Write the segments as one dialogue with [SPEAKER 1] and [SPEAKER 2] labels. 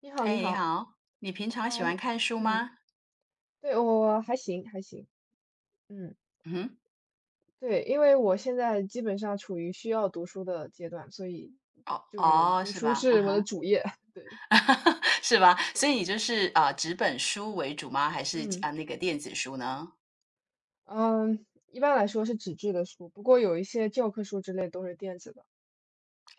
[SPEAKER 1] 你好，你
[SPEAKER 2] 嘿，你
[SPEAKER 1] 好
[SPEAKER 2] 好，你平常
[SPEAKER 1] 啊。
[SPEAKER 2] 喜欢看书
[SPEAKER 1] 嗯，
[SPEAKER 2] 吗？
[SPEAKER 1] 对，我还行还行。嗯，
[SPEAKER 2] 嗯哼，
[SPEAKER 1] 对，因为我现在基本上处于需要读书的阶段，所以
[SPEAKER 2] 哦
[SPEAKER 1] 就是
[SPEAKER 2] 哦，
[SPEAKER 1] 读
[SPEAKER 2] 是
[SPEAKER 1] 书
[SPEAKER 2] 吧？嗯
[SPEAKER 1] 是我的
[SPEAKER 2] 哼，
[SPEAKER 1] 主业。对。
[SPEAKER 2] 是吧？所
[SPEAKER 1] 是。
[SPEAKER 2] 以你就是啊、纸本书为主吗？还是
[SPEAKER 1] 嗯
[SPEAKER 2] 啊、那个电子书呢？
[SPEAKER 1] 嗯，一般来说是纸质的书，不过有一些教科书之类都是电子的。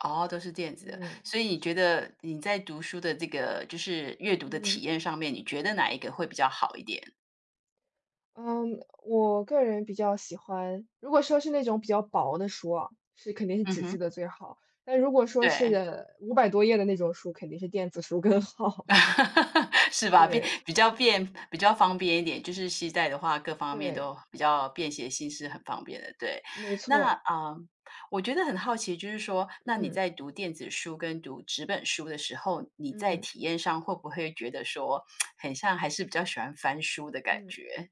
[SPEAKER 2] 哦，都是电子的。
[SPEAKER 1] 嗯，
[SPEAKER 2] 所以你觉
[SPEAKER 1] 是。
[SPEAKER 2] 得你在读书的这个就是阅读的体
[SPEAKER 1] 嗯。
[SPEAKER 2] 验上面，你觉得哪一个会比较好一点？
[SPEAKER 1] 嗯，我个人比较喜欢，如果说是那种比较薄的书啊，是肯定是
[SPEAKER 2] 嗯
[SPEAKER 1] 纸质
[SPEAKER 2] 哼，
[SPEAKER 1] 的最好。但如果说
[SPEAKER 2] 对。
[SPEAKER 1] 是500多页的那种书，肯定是电子书更好。
[SPEAKER 2] 是吧？便
[SPEAKER 1] 对。
[SPEAKER 2] 比较便比较方便一点，就是携带的话，各方面
[SPEAKER 1] 对，
[SPEAKER 2] 都比较便携性是很方便的，对。
[SPEAKER 1] 没
[SPEAKER 2] 那，
[SPEAKER 1] 错。
[SPEAKER 2] 啊，我觉得很好奇，就是说，那你
[SPEAKER 1] 嗯。
[SPEAKER 2] 在读电子书跟读纸本书的时候，你在
[SPEAKER 1] 嗯。
[SPEAKER 2] 体验上会不会觉得说，很像还是比较喜欢翻书的感
[SPEAKER 1] 嗯。
[SPEAKER 2] 觉？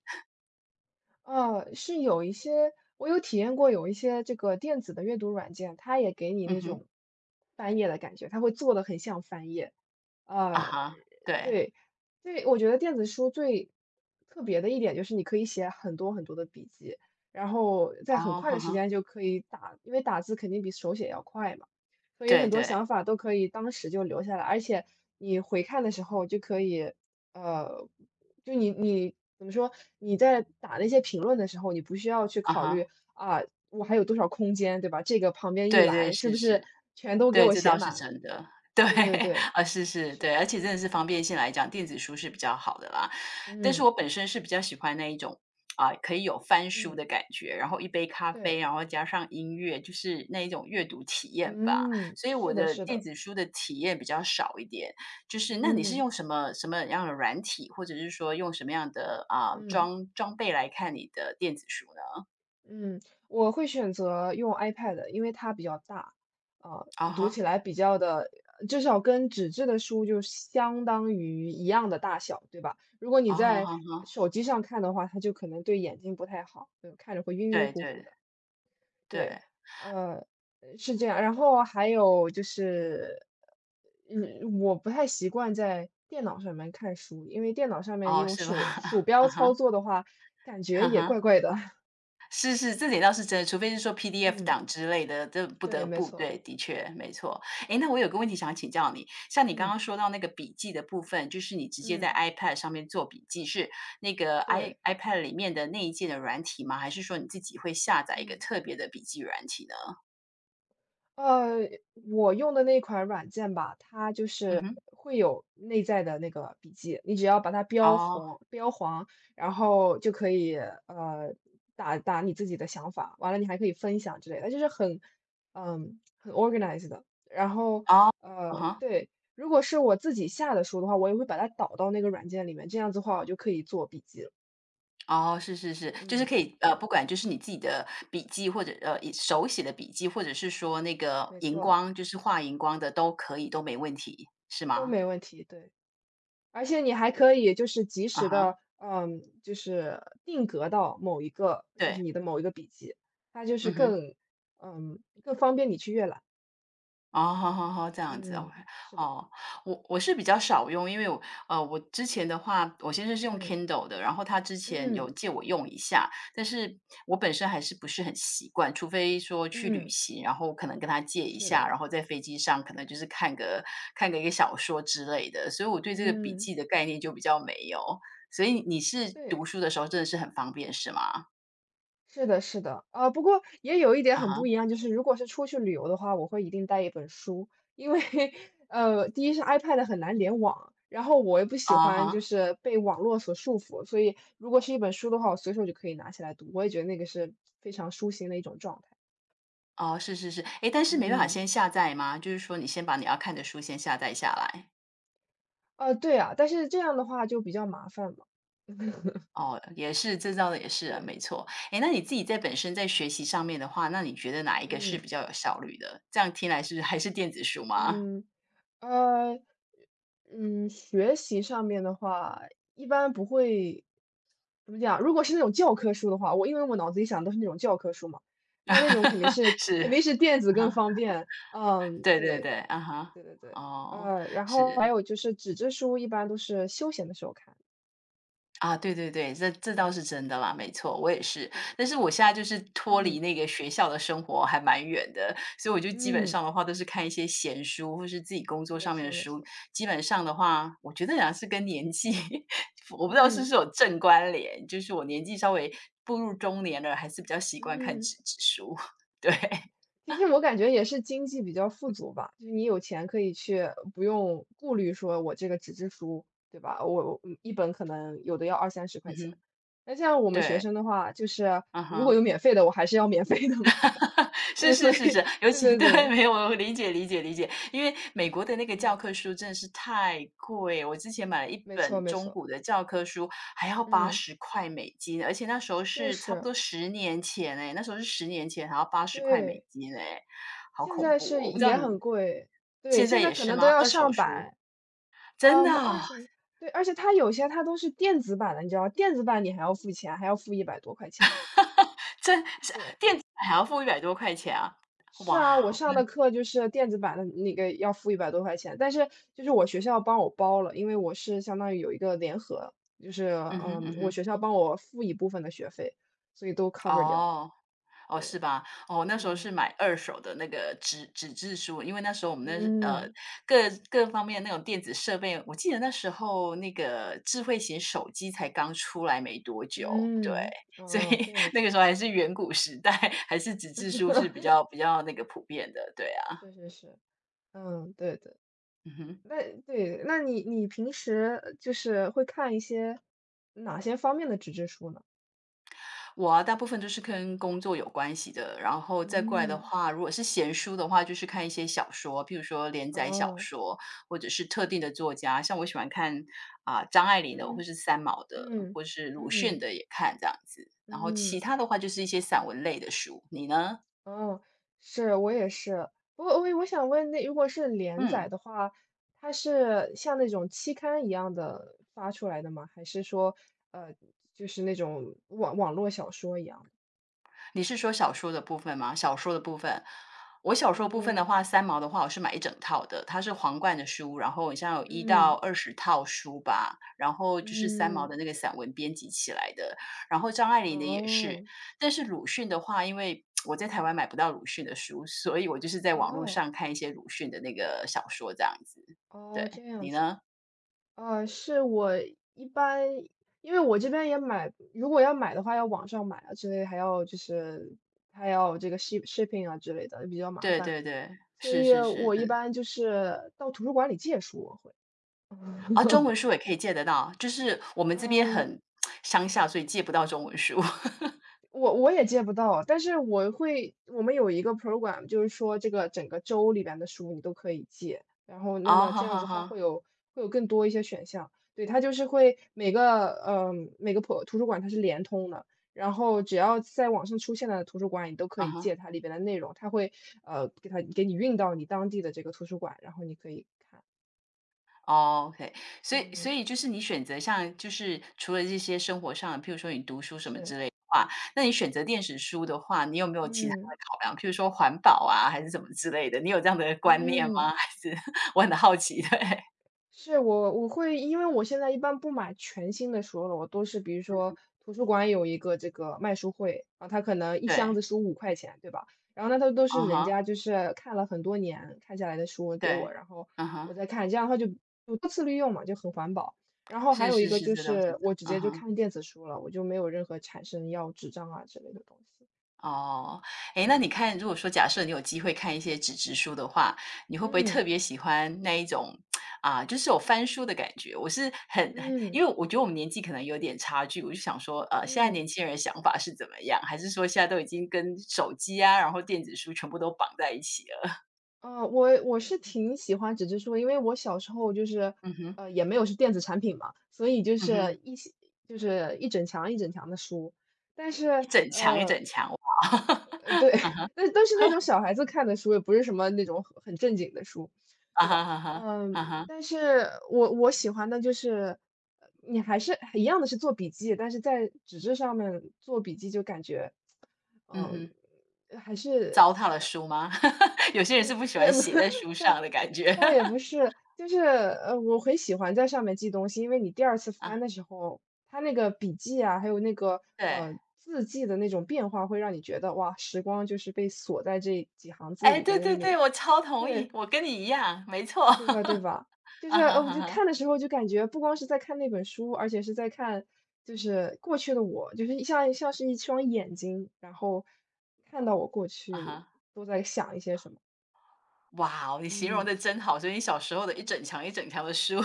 [SPEAKER 1] 啊，是有一些我有体验过有一些这个电子的阅读软件，它也给你
[SPEAKER 2] 嗯
[SPEAKER 1] 那
[SPEAKER 2] 哼，
[SPEAKER 1] 种翻页的感觉，它会做的很像翻页。
[SPEAKER 2] 啊
[SPEAKER 1] 啊。
[SPEAKER 2] 哈，对，
[SPEAKER 1] 对。对，我觉得电子书最特别的一点就是你可以写很多很多的笔记，然后在很
[SPEAKER 2] 哦，
[SPEAKER 1] 快
[SPEAKER 2] 哈
[SPEAKER 1] 的时
[SPEAKER 2] 哈，
[SPEAKER 1] 间就可以打，因为打字肯定比手写要快嘛，所以
[SPEAKER 2] 对
[SPEAKER 1] 很多
[SPEAKER 2] 对，
[SPEAKER 1] 想法都可以当时就留下来，而且你回看的时候就可以，呃，就你怎么说，你在打那些评论的时候，你不需要去
[SPEAKER 2] 啊
[SPEAKER 1] 考
[SPEAKER 2] 哈，
[SPEAKER 1] 虑啊，我还有多少空间，对吧？这个旁边一
[SPEAKER 2] 对对，
[SPEAKER 1] 栏是
[SPEAKER 2] 是
[SPEAKER 1] 不
[SPEAKER 2] 是。
[SPEAKER 1] 是全都给
[SPEAKER 2] 对，
[SPEAKER 1] 我
[SPEAKER 2] 这
[SPEAKER 1] 写
[SPEAKER 2] 倒是
[SPEAKER 1] 满了？
[SPEAKER 2] 真的。对，
[SPEAKER 1] 对对 对，
[SPEAKER 2] 啊，是是，
[SPEAKER 1] 是。
[SPEAKER 2] 对，而且真的是方便性来讲，电子书是比较好的啦。但是
[SPEAKER 1] 嗯
[SPEAKER 2] 我本身是比较喜欢那一种，啊，可以有翻书
[SPEAKER 1] 嗯。
[SPEAKER 2] 的感觉，然后一杯咖啡，
[SPEAKER 1] 对。
[SPEAKER 2] 然后加上音乐，就是那一种阅读体验吧。
[SPEAKER 1] 嗯，
[SPEAKER 2] 所以我
[SPEAKER 1] 是的，
[SPEAKER 2] 的
[SPEAKER 1] 是
[SPEAKER 2] 电
[SPEAKER 1] 的。
[SPEAKER 2] 子书的体验比较少一点。就是那你是
[SPEAKER 1] 嗯
[SPEAKER 2] 用什么什么样的软体，或者是说用什么样的啊
[SPEAKER 1] 嗯
[SPEAKER 2] 装备来看你的电子书呢？
[SPEAKER 1] 嗯，我会选择用 iPad，因为它比较大。啊、
[SPEAKER 2] 啊
[SPEAKER 1] 读起
[SPEAKER 2] 哈，
[SPEAKER 1] 来比较的，至少跟纸质的书就相当于一样的大小，对吧？如果你
[SPEAKER 2] 啊
[SPEAKER 1] 在
[SPEAKER 2] 哈，
[SPEAKER 1] 手机上看的话，它就可能对眼睛不太好，看着会晕晕
[SPEAKER 2] 对
[SPEAKER 1] 乎乎
[SPEAKER 2] 对
[SPEAKER 1] 的。对。
[SPEAKER 2] 对，
[SPEAKER 1] 呃，是这样。然后还有就是，我不太习惯在电脑上面看书，因为电脑上面
[SPEAKER 2] 哦，
[SPEAKER 1] 用
[SPEAKER 2] 是吧？
[SPEAKER 1] 手鼠
[SPEAKER 2] 啊
[SPEAKER 1] 标
[SPEAKER 2] 哈，
[SPEAKER 1] 操作的话，感觉
[SPEAKER 2] 哈
[SPEAKER 1] 也
[SPEAKER 2] 哈。
[SPEAKER 1] 怪怪的。
[SPEAKER 2] 是是，这点倒是真的，除非是说 PDF
[SPEAKER 1] 嗯，
[SPEAKER 2] 档之类的，这不
[SPEAKER 1] 对，
[SPEAKER 2] 得
[SPEAKER 1] 没
[SPEAKER 2] 不对，
[SPEAKER 1] 错。
[SPEAKER 2] 的确，没错。诶，那我有个问题想请教你，像你刚
[SPEAKER 1] 嗯
[SPEAKER 2] 刚说到那个笔记的部分，就是你直接在
[SPEAKER 1] 嗯。
[SPEAKER 2] iPad 上面做笔记，是那个 i
[SPEAKER 1] 对。
[SPEAKER 2] iPad 里面的那一件的软体吗？还是说你自己会下载一个
[SPEAKER 1] 嗯。
[SPEAKER 2] 特别的笔记软体呢？
[SPEAKER 1] 呃，我用的那款软件吧，它就
[SPEAKER 2] 嗯
[SPEAKER 1] 是
[SPEAKER 2] 哼，
[SPEAKER 1] 会有内在的那个笔记，你只要把它标
[SPEAKER 2] 哦，
[SPEAKER 1] 红、标黄，然后就可以打打你自己的想法，完了你还可以分享之类的，就是很很 organized 的。然后
[SPEAKER 2] 哦，嗯哼，
[SPEAKER 1] 对。如果是我自己下的书的话，我也会把它导到那个软件里面，这样子的话我就可以做笔记了。
[SPEAKER 2] 哦，是是是，就是
[SPEAKER 1] 嗯，
[SPEAKER 2] 可以，不
[SPEAKER 1] 对，
[SPEAKER 2] 管就是你自己的笔记或者呃以手写的笔记，或者是说那个
[SPEAKER 1] 没
[SPEAKER 2] 荧
[SPEAKER 1] 错，
[SPEAKER 2] 光，就是画荧光的都可以，都没问题，是
[SPEAKER 1] 都
[SPEAKER 2] 吗？
[SPEAKER 1] 没问题，对。而且你还可以就是及
[SPEAKER 2] 啊
[SPEAKER 1] 时的，
[SPEAKER 2] 哈，
[SPEAKER 1] 就是定格到某一个就
[SPEAKER 2] 对，
[SPEAKER 1] 是你的某一个笔记，它就是
[SPEAKER 2] 嗯哼，
[SPEAKER 1] 更更方便你去阅览。
[SPEAKER 2] 哦，好好好，这样子 o
[SPEAKER 1] 嗯，是的。
[SPEAKER 2] 哦，我是比较少用，因为我我之前的话，我先生是用
[SPEAKER 1] 嗯。
[SPEAKER 2] Kindle 的，然后他之前有
[SPEAKER 1] 嗯。
[SPEAKER 2] 借我用一下，但是我本身还是不是很习惯，除非说去旅
[SPEAKER 1] 嗯，
[SPEAKER 2] 行，然后可能跟他借一
[SPEAKER 1] 是
[SPEAKER 2] 下，
[SPEAKER 1] 的。
[SPEAKER 2] 然后在飞机上可能就是看个一个小说之类的，所以我对这个笔
[SPEAKER 1] 嗯。
[SPEAKER 2] 记的概念就比较没有，所以你是读
[SPEAKER 1] 对。
[SPEAKER 2] 书的时候真的是很方便，是吗？
[SPEAKER 1] 是的，是的。啊，不过也有一点
[SPEAKER 2] 啊
[SPEAKER 1] 很
[SPEAKER 2] 哈，
[SPEAKER 1] 不一样，就是如果是出去旅游的话，我会一定带一本书，因为 第一是 iPad 很难联网，然后我也不喜
[SPEAKER 2] 啊
[SPEAKER 1] 欢就
[SPEAKER 2] 哈。
[SPEAKER 1] 是被网络所束缚，所以如果是一本书的话，我随手就可以拿起来读，我也觉得那个是非常舒心的一种状态。
[SPEAKER 2] 哦，是是是，哎，但是没办法
[SPEAKER 1] 嗯。
[SPEAKER 2] 先下载吗？就是说你先把你要看的书先下载下来。
[SPEAKER 1] 啊，对啊，但是这样的话就比较麻烦嘛。
[SPEAKER 2] 哦，也是，这招的也是啊，
[SPEAKER 1] 对。
[SPEAKER 2] 没错。哎，那你自己在本身在学习上面的话，那你觉得哪一个是比
[SPEAKER 1] 嗯。
[SPEAKER 2] 较有效率的？这样听来是还是电子书吗？
[SPEAKER 1] 嗯，呃，学习上面的话，一般不会，怎么讲？如果是那种教科书的话，因为我脑子里想的都是那种教科书嘛，那那种肯定 是
[SPEAKER 2] 是，
[SPEAKER 1] 肯定是电子
[SPEAKER 2] 啊
[SPEAKER 1] 更
[SPEAKER 2] 哈，
[SPEAKER 1] 方便。嗯，
[SPEAKER 2] 对对
[SPEAKER 1] 对
[SPEAKER 2] 对，啊哈，
[SPEAKER 1] 对对对。
[SPEAKER 2] 哦，
[SPEAKER 1] 然后还
[SPEAKER 2] 是。
[SPEAKER 1] 有就是纸质书，一般都是休闲的时候看。
[SPEAKER 2] 啊，对对对，这这倒
[SPEAKER 1] 嗯。
[SPEAKER 2] 是真的啦，没错，我也是。
[SPEAKER 1] 对。
[SPEAKER 2] 但是我现在就是脱离
[SPEAKER 1] 嗯
[SPEAKER 2] 那个学校的生活还蛮远的，所以我就基本
[SPEAKER 1] 嗯。
[SPEAKER 2] 上的话都是看一些闲书，或是自己工作
[SPEAKER 1] 没
[SPEAKER 2] 上面的
[SPEAKER 1] 错没
[SPEAKER 2] 书。
[SPEAKER 1] 错。
[SPEAKER 2] 基本上的话，我觉得好像是跟年纪 我不知道是不是
[SPEAKER 1] 嗯
[SPEAKER 2] 有正关联，就是我年纪稍微步入中年了，还是比较习惯看
[SPEAKER 1] 嗯。
[SPEAKER 2] 纸质书。对，
[SPEAKER 1] 其实我感觉也是经济比较富足吧，就是你有钱可以去，不用顾虑说我这个纸质书，对吧？我一本可能有的要二三十块
[SPEAKER 2] 嗯
[SPEAKER 1] 钱。
[SPEAKER 2] 哼，
[SPEAKER 1] 那像我们学
[SPEAKER 2] 对，
[SPEAKER 1] 生的话，就是
[SPEAKER 2] 嗯
[SPEAKER 1] 如果
[SPEAKER 2] 哼。
[SPEAKER 1] 有免费的，我还是要免费的嘛。
[SPEAKER 2] 是
[SPEAKER 1] 对，所
[SPEAKER 2] 是
[SPEAKER 1] 以
[SPEAKER 2] 是是，尤
[SPEAKER 1] 对
[SPEAKER 2] 其
[SPEAKER 1] 对
[SPEAKER 2] 对，
[SPEAKER 1] 对。
[SPEAKER 2] 没有，我理解理解理解，因为美国的那个教
[SPEAKER 1] 嗯。
[SPEAKER 2] 科书真的是太贵，我之前买了一
[SPEAKER 1] 没
[SPEAKER 2] 本
[SPEAKER 1] 错没
[SPEAKER 2] 中
[SPEAKER 1] 错。
[SPEAKER 2] 古的教科书，还要八
[SPEAKER 1] 嗯，
[SPEAKER 2] 十块美金，而且那时候
[SPEAKER 1] 就
[SPEAKER 2] 是差不
[SPEAKER 1] 是，
[SPEAKER 2] 多十年前哎，那时候是十年前还要八十块美
[SPEAKER 1] 对，
[SPEAKER 2] 金哎，好
[SPEAKER 1] 现
[SPEAKER 2] 恐
[SPEAKER 1] 在
[SPEAKER 2] 怖哦
[SPEAKER 1] 是
[SPEAKER 2] 我不知道
[SPEAKER 1] 也
[SPEAKER 2] 你
[SPEAKER 1] 很贵。对，
[SPEAKER 2] 现在
[SPEAKER 1] 现在
[SPEAKER 2] 也
[SPEAKER 1] 可
[SPEAKER 2] 是
[SPEAKER 1] 能都
[SPEAKER 2] 吗？
[SPEAKER 1] 要
[SPEAKER 2] 二手
[SPEAKER 1] 上
[SPEAKER 2] 书？
[SPEAKER 1] 百。啊，
[SPEAKER 2] 真
[SPEAKER 1] 我
[SPEAKER 2] 的
[SPEAKER 1] 们
[SPEAKER 2] 哦？
[SPEAKER 1] 20。对，而且它有些它都是电子版的，你知道，电子版你还要付钱，还要付一百多块钱。
[SPEAKER 2] 真是
[SPEAKER 1] 对。
[SPEAKER 2] 还要付100多块钱啊？
[SPEAKER 1] 是
[SPEAKER 2] 哇
[SPEAKER 1] 啊，我
[SPEAKER 2] 哦，
[SPEAKER 1] 上的课就是电子版的那个要付一百多块钱，但是就是我学校帮我包了，因为我是相当于有一个联合，就是，
[SPEAKER 2] 嗯哼
[SPEAKER 1] 嗯，
[SPEAKER 2] 嗯
[SPEAKER 1] 我
[SPEAKER 2] 哼，
[SPEAKER 1] 学校帮我付一部分的学费，所以都 cover 掉。
[SPEAKER 2] 哦。哦，是
[SPEAKER 1] 对。
[SPEAKER 2] 吧？哦，那时候
[SPEAKER 1] 嗯。
[SPEAKER 2] 是买二手的那个纸质书，因为那时候我们那
[SPEAKER 1] 嗯。
[SPEAKER 2] 各各方面那种电子设备，我记得那时候那个智慧型手机才刚出来没多久，对，
[SPEAKER 1] 嗯。
[SPEAKER 2] 所
[SPEAKER 1] 哦，
[SPEAKER 2] 以
[SPEAKER 1] 这样
[SPEAKER 2] 那个
[SPEAKER 1] 子。
[SPEAKER 2] 时候还是远古时代，还是纸质书是比 较比较那个普遍的，对啊，
[SPEAKER 1] 是是是。嗯。对对。
[SPEAKER 2] 嗯哼。
[SPEAKER 1] 那对，那你平时就是会看一些哪些方面的纸质书呢？
[SPEAKER 2] 我啊，大部分都是跟工作有关系的，然后再过来的
[SPEAKER 1] 嗯。
[SPEAKER 2] 话，如果是闲书的话，就是看一些小说，譬如说连载小
[SPEAKER 1] 哦。
[SPEAKER 2] 说，或者是特定的作家，像我喜欢看啊、张爱玲的，或
[SPEAKER 1] 嗯。
[SPEAKER 2] 是三毛的，
[SPEAKER 1] 嗯。
[SPEAKER 2] 或是鲁迅
[SPEAKER 1] 嗯。
[SPEAKER 2] 的也看这样子。然后其
[SPEAKER 1] 嗯，
[SPEAKER 2] 他的话就是一些散文类的书，你呢？
[SPEAKER 1] 哦，是，我也是。我想问，那如果是连
[SPEAKER 2] 嗯。
[SPEAKER 1] 载的话，它是像那种期刊一样的发出来的吗？还是说，呃，就是那种网络小说一样的？
[SPEAKER 2] 你是说小说的部分吗？小说的部分，我小说部分的
[SPEAKER 1] 嗯
[SPEAKER 2] 话，三毛的话，我是买一整套的，它是皇冠的书，然后好像有一到
[SPEAKER 1] 嗯
[SPEAKER 2] 二十套书吧，然后就是三毛的
[SPEAKER 1] 嗯。
[SPEAKER 2] 那个散文编辑起来的，然后张爱玲的也是。
[SPEAKER 1] 哦
[SPEAKER 2] 但是鲁迅的话，因为我在台湾买不到鲁迅的书，所以我就是在网络
[SPEAKER 1] 哦
[SPEAKER 2] 上看一些鲁迅的那个小说这样子。对，
[SPEAKER 1] 哦。这样
[SPEAKER 2] 你
[SPEAKER 1] 子啊。
[SPEAKER 2] 呢？
[SPEAKER 1] 是我一般因为我这边也买如果要买的话，要网上买啊之类，还要就是还要这个 shipping 啊之类的，比较麻
[SPEAKER 2] 对
[SPEAKER 1] 烦。
[SPEAKER 2] 对对，
[SPEAKER 1] 所
[SPEAKER 2] 是
[SPEAKER 1] 以
[SPEAKER 2] 是是，
[SPEAKER 1] 我
[SPEAKER 2] 嗯
[SPEAKER 1] 一般就是到图书馆里借书，我会。
[SPEAKER 2] 啊，中 文书也可以借得到，就是我们这边
[SPEAKER 1] 嗯，
[SPEAKER 2] 很 乡下，所以借不到中文书。
[SPEAKER 1] 我也借不到，但是我会，我们有一个 program，就是说这个整个州里边的书你都可以借，然后那
[SPEAKER 2] 哦，
[SPEAKER 1] 么
[SPEAKER 2] 好
[SPEAKER 1] 这样
[SPEAKER 2] 好
[SPEAKER 1] 子的话
[SPEAKER 2] 好，
[SPEAKER 1] 会有会有更多一些选项。对，它就是会每个每个图书馆它是联通的，然后只要在网上出现的图书馆你都可
[SPEAKER 2] 啊
[SPEAKER 1] 以
[SPEAKER 2] 哈，
[SPEAKER 1] 借它里边的内容，它会给你运到你当地的这个图书馆，然后你可以看。
[SPEAKER 2] 哦，OK，所以所
[SPEAKER 1] 嗯，
[SPEAKER 2] 以就是你选择像就是除了这些生活上，譬如说你读书什么
[SPEAKER 1] 是。
[SPEAKER 2] 之类的话，那你选择电子书的话，你有没有其他
[SPEAKER 1] 嗯
[SPEAKER 2] 的考量？譬如说环保啊，还是什么之类的？你有这样的观念
[SPEAKER 1] 嗯。
[SPEAKER 2] 吗？还是 我很好奇，对
[SPEAKER 1] 是，我会因为我现在一般不买全新的书了，我都是比如说图书馆有一个这个卖书会，啊，后它可能一箱
[SPEAKER 2] 对，
[SPEAKER 1] 子书5块钱，对吧？然后呢，它都是
[SPEAKER 2] 嗯
[SPEAKER 1] 人
[SPEAKER 2] 哼，
[SPEAKER 1] 家就是看了很多年看下来的书给
[SPEAKER 2] 对，
[SPEAKER 1] 我，然后
[SPEAKER 2] 嗯哼，
[SPEAKER 1] 我再看，这样的话就就多次利用嘛，就很环保。然后还
[SPEAKER 2] 是
[SPEAKER 1] 有一
[SPEAKER 2] 是
[SPEAKER 1] 个
[SPEAKER 2] 是，
[SPEAKER 1] 就
[SPEAKER 2] 这倒是，
[SPEAKER 1] 是我直
[SPEAKER 2] 嗯
[SPEAKER 1] 接就
[SPEAKER 2] 哼。
[SPEAKER 1] 看电子书了，我就没有任何产生要纸张啊之类的东西。
[SPEAKER 2] 哦，哎，那你
[SPEAKER 1] 对。
[SPEAKER 2] 看，如果说假设你有机会看一些纸质书的话，你会不会特
[SPEAKER 1] 嗯
[SPEAKER 2] 别喜欢那一种啊，就是有翻书的感觉？我是很很因
[SPEAKER 1] 嗯
[SPEAKER 2] 为我觉得我们年纪可能有点差距，我就想说，呃，现在
[SPEAKER 1] 嗯。
[SPEAKER 2] 年轻人的想法是怎么样？还是说现在都已经跟手机啊，然后电子书全部都绑在一起了？
[SPEAKER 1] 我是挺喜欢纸质书的因为我小时候就是，
[SPEAKER 2] 嗯哼，
[SPEAKER 1] 也没有是电子产品嘛，所以就
[SPEAKER 2] 嗯哼，
[SPEAKER 1] 是一些就是一整墙一整墙的书，但
[SPEAKER 2] 一
[SPEAKER 1] 是
[SPEAKER 2] 整墙一
[SPEAKER 1] 呃
[SPEAKER 2] 整墙，哇！
[SPEAKER 1] 对。
[SPEAKER 2] 啊哈，
[SPEAKER 1] 但都是那种小孩子看的书，也不是什么那种很正经的书，
[SPEAKER 2] 啊
[SPEAKER 1] 对
[SPEAKER 2] 哈，
[SPEAKER 1] 吧？
[SPEAKER 2] 啊哈，
[SPEAKER 1] 嗯，
[SPEAKER 2] 啊哈，
[SPEAKER 1] 但是我喜欢的就是，你还是一样的是做笔记，但是在纸质上面做笔记就感觉，
[SPEAKER 2] 嗯
[SPEAKER 1] 嗯，
[SPEAKER 2] 哼，
[SPEAKER 1] 还是
[SPEAKER 2] 糟蹋了书吗？有些 人是不喜欢
[SPEAKER 1] 也不
[SPEAKER 2] 写在书 上
[SPEAKER 1] 倒
[SPEAKER 2] 的感觉
[SPEAKER 1] 倒也不是，就是我很喜欢在上面记东西，因为你第二次
[SPEAKER 2] 啊，
[SPEAKER 1] 翻的时候，它那个笔记啊，还有那个
[SPEAKER 2] 对。
[SPEAKER 1] 字迹的那种变化，会让你觉得哇，时光就是被锁在这几行字
[SPEAKER 2] 哎，
[SPEAKER 1] 里
[SPEAKER 2] 对
[SPEAKER 1] 边，就
[SPEAKER 2] 对
[SPEAKER 1] 没
[SPEAKER 2] 对，我超同意，
[SPEAKER 1] 对。
[SPEAKER 2] 我跟你一样，没错。
[SPEAKER 1] 对吧？对 吧？
[SPEAKER 2] 啊哈，啊
[SPEAKER 1] 我就
[SPEAKER 2] 哈，
[SPEAKER 1] 看的时候就感觉不光是在看那本书，而且是在看过去的我，就是像是一双眼睛，然后看到我过
[SPEAKER 2] 啊
[SPEAKER 1] 去
[SPEAKER 2] 哈。
[SPEAKER 1] 都在想一些什么。
[SPEAKER 2] 哇哦，你形容
[SPEAKER 1] 嗯。
[SPEAKER 2] 的真好，所以你小时候的一整墙一整墙的书，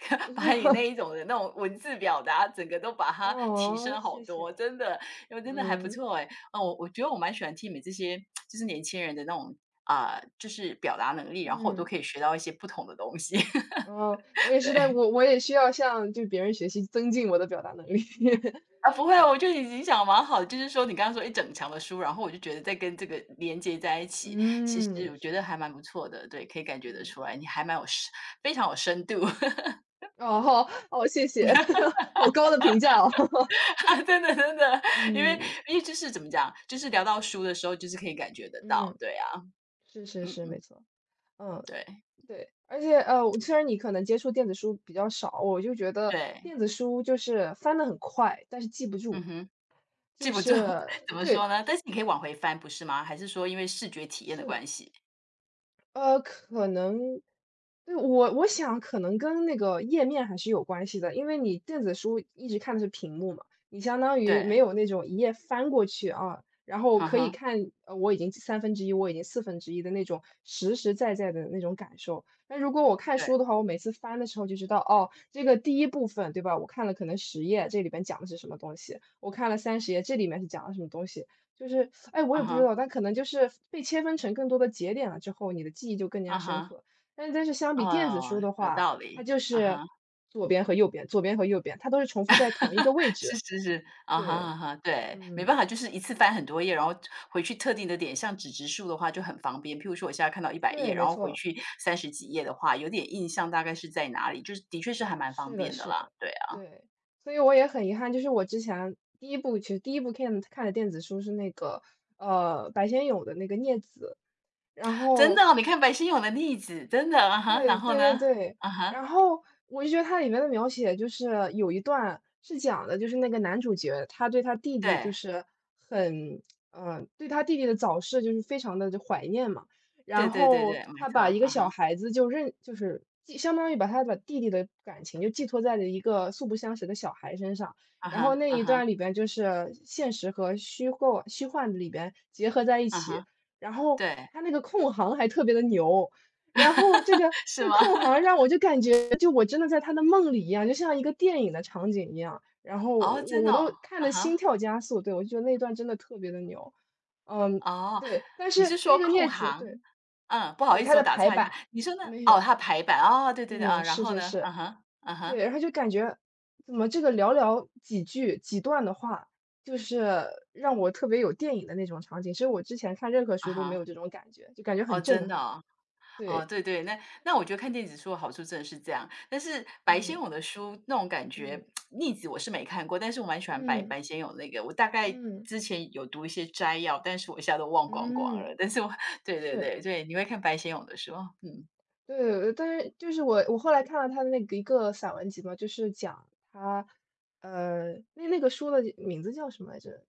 [SPEAKER 2] 把你那一 种的那种文字表达，整个都把它提
[SPEAKER 1] 哦，
[SPEAKER 2] 升好
[SPEAKER 1] 谢谢。
[SPEAKER 2] 多，真的，因为真的还不
[SPEAKER 1] 嗯
[SPEAKER 2] 错哎。嗯，我觉得我蛮喜欢听你们这些就是年轻人的那种，啊，就是表达能力，然后我都
[SPEAKER 1] 嗯。
[SPEAKER 2] 可以学到一些不同的东西，
[SPEAKER 1] 哦，我 也是
[SPEAKER 2] 对。
[SPEAKER 1] 在，我也需要向就别人学习，增进我的表达能力。
[SPEAKER 2] 啊，不会啊我
[SPEAKER 1] 对，
[SPEAKER 2] 就已经讲蛮好的，就是说你刚刚说一整墙的书，然后我就觉得在跟这个连接在一起，其实
[SPEAKER 1] 嗯，
[SPEAKER 2] 我觉
[SPEAKER 1] 是，
[SPEAKER 2] 得还蛮不错的。对，可以感觉得
[SPEAKER 1] 嗯。
[SPEAKER 2] 出来，你还蛮有深非常有深度，
[SPEAKER 1] 哦，好，哦，谢谢，好高的评价哦。
[SPEAKER 2] 真的真的，因为
[SPEAKER 1] 嗯
[SPEAKER 2] 因为就是怎么讲，就是聊到书的时候，就是可以感觉得到，
[SPEAKER 1] 嗯，
[SPEAKER 2] 对啊，
[SPEAKER 1] 是是
[SPEAKER 2] 嗯
[SPEAKER 1] 是，没
[SPEAKER 2] 嗯，
[SPEAKER 1] 错，嗯。
[SPEAKER 2] 对
[SPEAKER 1] 对，而且虽然你可能接触电子书比较少，我就觉得
[SPEAKER 2] 对，
[SPEAKER 1] 电子书就是翻的很快，但是记不住，
[SPEAKER 2] 嗯哼，记
[SPEAKER 1] 就
[SPEAKER 2] 不住，
[SPEAKER 1] 是
[SPEAKER 2] 怎么
[SPEAKER 1] 对。
[SPEAKER 2] 说呢？但是你可以往回翻，不是吗？还是说因为视觉体验的
[SPEAKER 1] 是的。
[SPEAKER 2] 关系？
[SPEAKER 1] 呃，可能，对，我想可能跟那个页面还是有关系的，因为你电子书一直看的是屏幕嘛，你相当于
[SPEAKER 2] 对，
[SPEAKER 1] 没有那种一页翻过去啊，然后
[SPEAKER 2] 嗯
[SPEAKER 1] 可以
[SPEAKER 2] 哈，
[SPEAKER 1] 看，我已经1/3，我已经1/4的那种实实在在的那种感受。那如果我看
[SPEAKER 2] 对，
[SPEAKER 1] 书的话，我每次翻的时候就知道，哦，这个第一部分，对吧？我看了可能十页，这里边讲的是什么东西；我看了30页，这里面是讲了什么东西。就是，哎，我也
[SPEAKER 2] 嗯
[SPEAKER 1] 不知
[SPEAKER 2] 哈，
[SPEAKER 1] 道，但可能就是被切分成更多的节点了之后，你的记忆就更
[SPEAKER 2] 啊
[SPEAKER 1] 加深
[SPEAKER 2] 哈，
[SPEAKER 1] 刻。但是相比电子书
[SPEAKER 2] 哦，
[SPEAKER 1] 的
[SPEAKER 2] 有
[SPEAKER 1] 话，
[SPEAKER 2] 道
[SPEAKER 1] 它
[SPEAKER 2] 理，
[SPEAKER 1] 就
[SPEAKER 2] 啊
[SPEAKER 1] 是
[SPEAKER 2] 哈。
[SPEAKER 1] 左边和右边，左边和右边，它都是重复在同一个位
[SPEAKER 2] 是
[SPEAKER 1] 置。
[SPEAKER 2] 是是，啊哈
[SPEAKER 1] 对，
[SPEAKER 2] 啊哈，对，没
[SPEAKER 1] 嗯，
[SPEAKER 2] 办法，就是一次翻很多页，然后回去特定的点，像纸质书的话就很方便。譬如说我现在看到100页，
[SPEAKER 1] 对，
[SPEAKER 2] 然
[SPEAKER 1] 没
[SPEAKER 2] 后回
[SPEAKER 1] 错，
[SPEAKER 2] 去30几页的话，有点印象大概是在哪里，就是的确是还蛮方
[SPEAKER 1] 是的，
[SPEAKER 2] 便的
[SPEAKER 1] 是
[SPEAKER 2] 啦，
[SPEAKER 1] 的，
[SPEAKER 2] 对啊。
[SPEAKER 1] 对。所以我也很遗憾，就是我之前第一部其实第一部看的电子书是那个，白先勇的那个《孽子》，然
[SPEAKER 2] 真的
[SPEAKER 1] 后
[SPEAKER 2] 哦，你看白先勇的例子，真的，啊哈，然
[SPEAKER 1] 对
[SPEAKER 2] 后
[SPEAKER 1] 对对
[SPEAKER 2] 呢？
[SPEAKER 1] 对，
[SPEAKER 2] 啊哈，
[SPEAKER 1] 然后我就觉得它里面的描写就是有一段是讲的，就是那个男主角他对他弟弟就
[SPEAKER 2] 对，
[SPEAKER 1] 是很，嗯、对他弟弟的早逝就是非常的就怀念嘛，
[SPEAKER 2] 对
[SPEAKER 1] 然
[SPEAKER 2] 对对对，
[SPEAKER 1] 后
[SPEAKER 2] 没
[SPEAKER 1] 他
[SPEAKER 2] 错，
[SPEAKER 1] 把一个
[SPEAKER 2] 啊哈，
[SPEAKER 1] 小孩子就认就是寄相当于把他把弟弟的感情就寄托在了一个素不相识的小孩身上，
[SPEAKER 2] 啊
[SPEAKER 1] 然后
[SPEAKER 2] 哈，
[SPEAKER 1] 那
[SPEAKER 2] 啊
[SPEAKER 1] 一
[SPEAKER 2] 哈，
[SPEAKER 1] 段里边就是现实和虚构虚幻里边结合在一
[SPEAKER 2] 啊
[SPEAKER 1] 起，
[SPEAKER 2] 哈，
[SPEAKER 1] 然后
[SPEAKER 2] 对。
[SPEAKER 1] 他那个控行还特别的牛。然后这个
[SPEAKER 2] 是
[SPEAKER 1] 这
[SPEAKER 2] 吗？
[SPEAKER 1] 空行 让我就感觉，就我真的在他的梦里一样，就像一个电影的场景一样。然后
[SPEAKER 2] 哦，
[SPEAKER 1] 我
[SPEAKER 2] 真的
[SPEAKER 1] 我都
[SPEAKER 2] 哦，
[SPEAKER 1] 看
[SPEAKER 2] 啊
[SPEAKER 1] 的心
[SPEAKER 2] 哈，
[SPEAKER 1] 跳加速，对我就觉得那段真的特别的牛，嗯，
[SPEAKER 2] 哦，
[SPEAKER 1] 对。但
[SPEAKER 2] 你
[SPEAKER 1] 是
[SPEAKER 2] 是说
[SPEAKER 1] 那个
[SPEAKER 2] 控
[SPEAKER 1] 镊子，
[SPEAKER 2] 行？
[SPEAKER 1] 对
[SPEAKER 2] 嗯，不好
[SPEAKER 1] 对，
[SPEAKER 2] 意
[SPEAKER 1] 它
[SPEAKER 2] 思，我
[SPEAKER 1] 的
[SPEAKER 2] 打
[SPEAKER 1] 排
[SPEAKER 2] 岔一下，
[SPEAKER 1] 版
[SPEAKER 2] 你说呢？
[SPEAKER 1] 没
[SPEAKER 2] 哦，
[SPEAKER 1] 有，
[SPEAKER 2] 它排版，哦，对对对，啊，
[SPEAKER 1] 嗯，
[SPEAKER 2] 然
[SPEAKER 1] 是
[SPEAKER 2] 后
[SPEAKER 1] 是
[SPEAKER 2] 呢？
[SPEAKER 1] 是，
[SPEAKER 2] 嗯哼，嗯
[SPEAKER 1] 对。
[SPEAKER 2] 哼，
[SPEAKER 1] 然后就感觉怎么这个寥寥几句几段的话，就是让我特别有电影的那种场景，所以我之前看任何
[SPEAKER 2] 啊
[SPEAKER 1] 书都没
[SPEAKER 2] 哈，
[SPEAKER 1] 有这种感觉，就感觉
[SPEAKER 2] 哦，
[SPEAKER 1] 很
[SPEAKER 2] 真
[SPEAKER 1] 震
[SPEAKER 2] 的
[SPEAKER 1] 撼。
[SPEAKER 2] 哦，哦，
[SPEAKER 1] 对，
[SPEAKER 2] 对对，那我觉得看电子书的好处真的是这样，但是白先
[SPEAKER 1] 嗯
[SPEAKER 2] 勇的书那种感觉，
[SPEAKER 1] 嗯
[SPEAKER 2] 《<tsk> 逆子》我是没看过，但是我蛮喜欢白
[SPEAKER 1] 嗯。
[SPEAKER 2] 白先勇那个，我大概
[SPEAKER 1] 嗯，
[SPEAKER 2] 之前有读一些摘要，但是我一下都忘光光了，
[SPEAKER 1] 嗯，
[SPEAKER 2] 但是我 对对
[SPEAKER 1] 是，
[SPEAKER 2] 对对，你会看白先勇的书，嗯，
[SPEAKER 1] 对，但是就是我后来看了他的那个一个散文集嘛，就是讲他，那那个书的名字叫什么来着？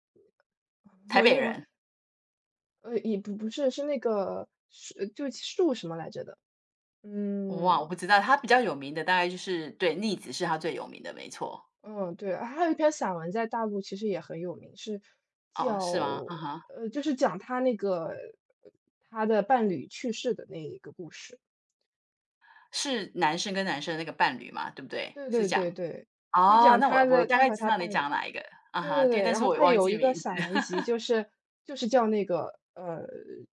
[SPEAKER 2] 台
[SPEAKER 1] 我有
[SPEAKER 2] 北
[SPEAKER 1] 点忘，
[SPEAKER 2] 人，
[SPEAKER 1] 也不是，是那个树，就树什么来着的？
[SPEAKER 2] 我忘我
[SPEAKER 1] 嗯
[SPEAKER 2] 不知道，他比较有名的大概就是对，《逆子》是他最有名的，没错，
[SPEAKER 1] 嗯，对，还有一篇散文在大陆其实也很有名，是
[SPEAKER 2] 哦，
[SPEAKER 1] 叫
[SPEAKER 2] 是吗？嗯哼。
[SPEAKER 1] 就是讲他那个他的伴侣去世的那一个故事。
[SPEAKER 2] 是男生跟男生的那个伴侣嘛，对不对？
[SPEAKER 1] 对
[SPEAKER 2] 是
[SPEAKER 1] 对
[SPEAKER 2] 讲
[SPEAKER 1] 对对，就
[SPEAKER 2] 哦，
[SPEAKER 1] 讲
[SPEAKER 2] 那我
[SPEAKER 1] 他
[SPEAKER 2] 我
[SPEAKER 1] 的
[SPEAKER 2] 大
[SPEAKER 1] 他
[SPEAKER 2] 概
[SPEAKER 1] 和
[SPEAKER 2] 知
[SPEAKER 1] 他
[SPEAKER 2] 道你
[SPEAKER 1] 伴
[SPEAKER 2] 讲
[SPEAKER 1] 侣。
[SPEAKER 2] 哪一个，啊
[SPEAKER 1] 对
[SPEAKER 2] 哈，
[SPEAKER 1] 对
[SPEAKER 2] 对，
[SPEAKER 1] 对，
[SPEAKER 2] 但
[SPEAKER 1] 然
[SPEAKER 2] 是
[SPEAKER 1] 后
[SPEAKER 2] 我也
[SPEAKER 1] 他
[SPEAKER 2] 忘
[SPEAKER 1] 有
[SPEAKER 2] 记
[SPEAKER 1] 一个
[SPEAKER 2] 名字，
[SPEAKER 1] 散文集，就是就是叫那个呃，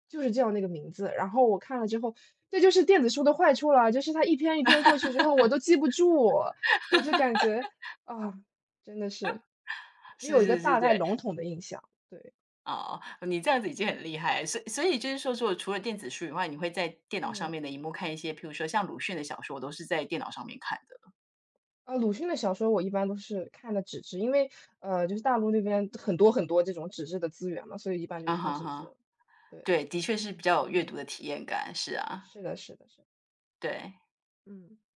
[SPEAKER 1] 就是叫那个名字。然后我看了之后，这就是电子书的坏处了，就是它一篇一篇过去之后，我都记不住，我就感觉啊，真的是 只
[SPEAKER 2] 是
[SPEAKER 1] 有一个
[SPEAKER 2] 是是，
[SPEAKER 1] 大概
[SPEAKER 2] 对，
[SPEAKER 1] 笼统的印象。对，
[SPEAKER 2] 哦，你这样子已经很厉害，所以就是说，说除了电子书以外，你会在电脑上
[SPEAKER 1] 嗯。
[SPEAKER 2] 面的荧幕看一些，譬如说像鲁迅的小说，我都是在电脑上面看的，
[SPEAKER 1] 啊，鲁迅的小说我一般都是看的纸质，因为就是大陆那边很多很多这种纸质的资源嘛，所以一般就
[SPEAKER 2] 啊
[SPEAKER 1] 看
[SPEAKER 2] 哈
[SPEAKER 1] 纸
[SPEAKER 2] 哈，
[SPEAKER 1] 质。对，
[SPEAKER 2] 对，的确是比较有阅读的
[SPEAKER 1] 嗯。
[SPEAKER 2] 体验感，是啊，
[SPEAKER 1] 是的，是的，是的
[SPEAKER 2] 对。
[SPEAKER 1] 嗯。